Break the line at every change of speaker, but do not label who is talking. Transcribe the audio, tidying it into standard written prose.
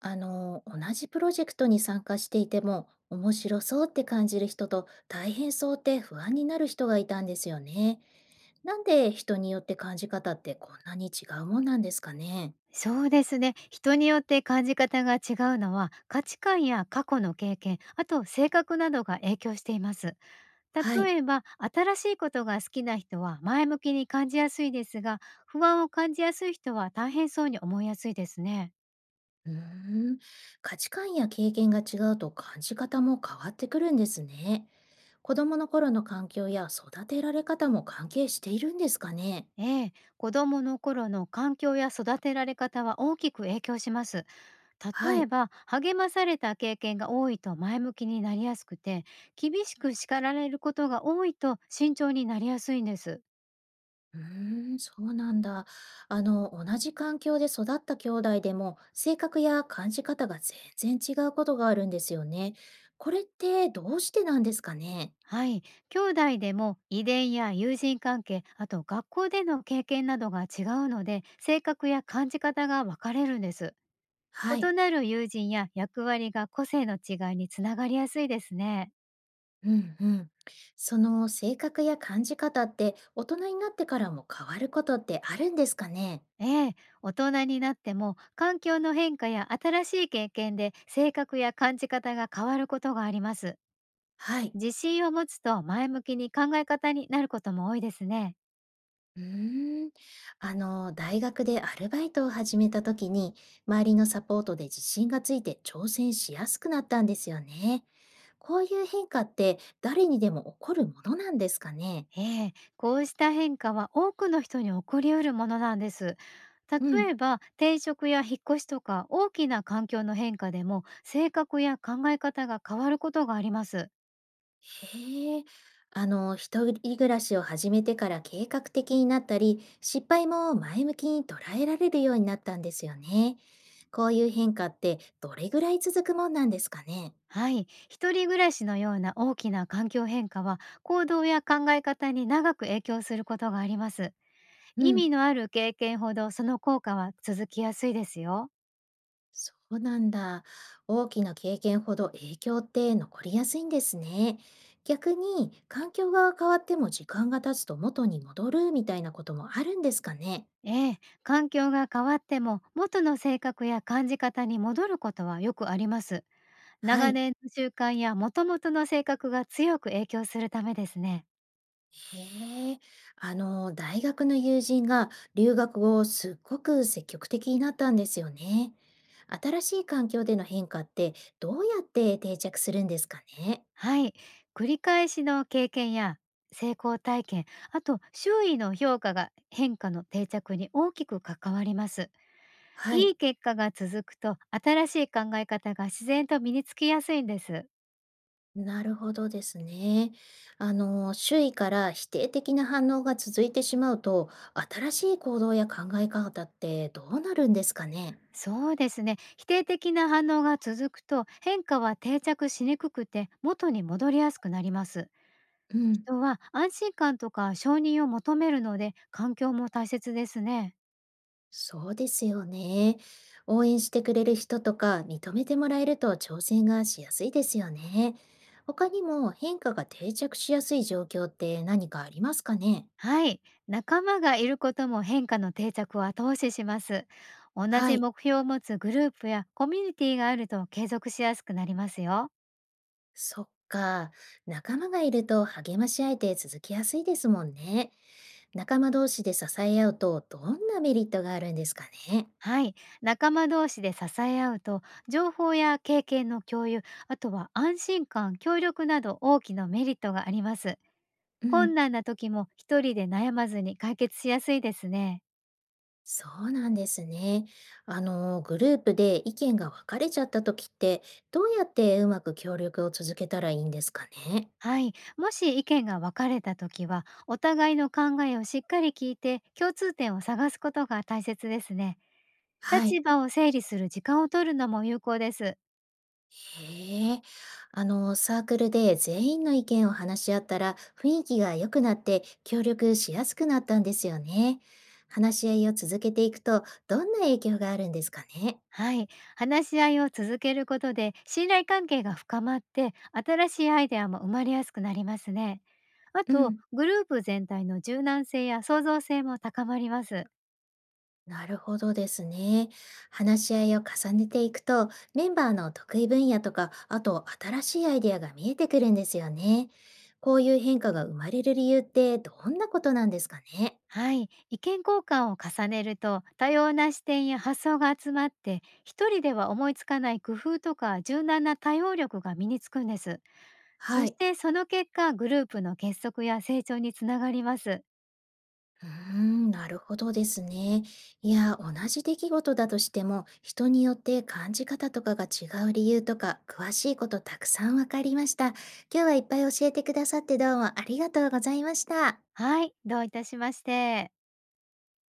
同じプロジェクトに参加していても、面白そうって感じる人と大変そうって不安になる人がいたんですよね。なんで人によって感じ方ってこんなに違うもんなんですかね。
そうですね。人によって感じ方が違うのは価値観や過去の経験、あと性格などが影響しています。
はい。
例えば、新しいことが好きな人は前向きに感じやすいですが、不安を感じやすい人は大変そうに思いやすいですね。
うーん。価値観や経験が違うと感じ方も変わってくるんですね。子供の頃の環境や育てられ方も関係しているんですかね。
ええ、子供の頃の環境や育てられ方は大きく影響します。
は
例え
い。
ば、励まされた経験が多いと前向きになりやすくて、厳しく叱られることが多いと慎重になりやすいんです。
うーん、そうなんだ。同じ環境で育った兄弟でも、性格や感じ方が全然違うことがあるんですよね。これってどうしてなんですかね？
はい。兄弟でも遺伝や友人関係、あと学校での経験などが違うので、性格や感じ方が分かれるんです。
はい。
異なる友人や役割が個性の違いにつながりやすいですね。
うんうん。その性格や感じ方って、大人になってからも変わることってあるんですかね？
ええ、大人になっても環境の変化や新しい経験で性格や感じ方が変わることがあります。
はい。
自信を持つと前向きに考え方になることも多いですね。
うーん、大学でアルバイトを始めた時に、周りのサポートで自信がついて挑戦しやすくなったんですよね。こういう変化って誰にでも起こるものなんですかね？
ええ、こうした変化は多くの人に起こりうるものなんです。
う
例
ん。
えば、転職や引っ越しとか大きな環境の変化でも性格や考え方が変わることがあります。
へえ。一人暮らしを始めてから計画的になったり、失敗も前向きに捉えられるようになったんですよね。こういう変化ってどれぐらい続くもんなんですかね？
はい、一人暮らしのような大きな環境変化は行動や考え方に長く影響することがあります。
う
意
ん。
味のある経験ほどその効果は続きやすいですよ。
そうなんだ。大きな経験ほど影響って残りやすいんですね。逆に環境が変わっても時間が経つと元に戻るみたいなこともあるんですかね。
ええ、環境が変わっても元の性格や感じ方に戻ることはよくあります。
は
長
い。
年の習慣や元々の性格が強く影響するためですね。
へえ。大学の友人が留学後すっごく積極的になったんですよね。新しい環境での変化ってどうやって定着するんですかね。
はい。繰り返しの経験や成功体験、あと周囲の評価が変化の定着に大きく関わります。
は
い
い。
い結果が続くと新しい考え方が自然と身につきやすいんです。
なるほどですね。周囲から否定的な反応が続いてしまうと、新しい行動や考え方ってどうなるんですかね。
そうですね。否定的な反応が続くと変化は定着しにくくて元に戻りやすくなります。
うん、
人は安心感とか承認を求めるので、環境も大切ですね。
そうですよね。応援してくれる人とか認めてもらえると挑戦がしやすいですよね。他にも変化が定着しやすい状況って何かありますかね。
はい。仲間がいることも変化の定着を後押しします。同
は
じ
い、
目標を持つグループやコミュニティがあると、継続しやすくなりますよ。
そっか。仲間がいると励まし合えて続きやすいですもんね。仲間同士で支え合うと、どんなメリットがあるんですかね？
はい。仲間同士で支え合うと、情報や経験の共有、あとは安心感、協力など大きなメリットがあります。
う
困
ん、
難な時も一人で悩まずに解決しやすいですね。
そうなんですね。グループで意見が分かれちゃった時って、どうやってうまく協力を続けたらいいんですかね？
はい。もし意見が分かれた時は、お互いの考えをしっかり聞いて、共通点を探すことが大切ですね。
はい。
立場を整理する時間を取るのも有効です。
へえ、サークルで全員の意見を話し合ったら雰囲気が良くなって協力しやすくなったんですよね。話し合いを続けていくとどんな影響があるんですかね。
はい。話し合いを続けることで、信頼関係が深まって、新しいアイデアも生まれやすくなりますね。あ
う
と、
ん、
グループ全体の柔軟性や創造性も高まります。
なるほどですね。話し合いを重ねていくと、メンバーの得意分野とか、あと新しいアイデアが見えてくるんですよね。こういう変化が生まれる理由ってどんなことなんですかね？
はい、意見交換を重ねると、多様な視点や発想が集まって、一人では思いつかない工夫とか柔軟な対応力が身につくんです。そ
は
し
い。
てその結果、グループの結束や成長につながります。
うーん、なるほどですね。いや、同じ出来事だとしても、人によって感じ方とかが違う理由とか、詳しいことたくさんわかりました。今日はいっぱい教えてくださってどうもありがとうございました。
はい、どういたしまして。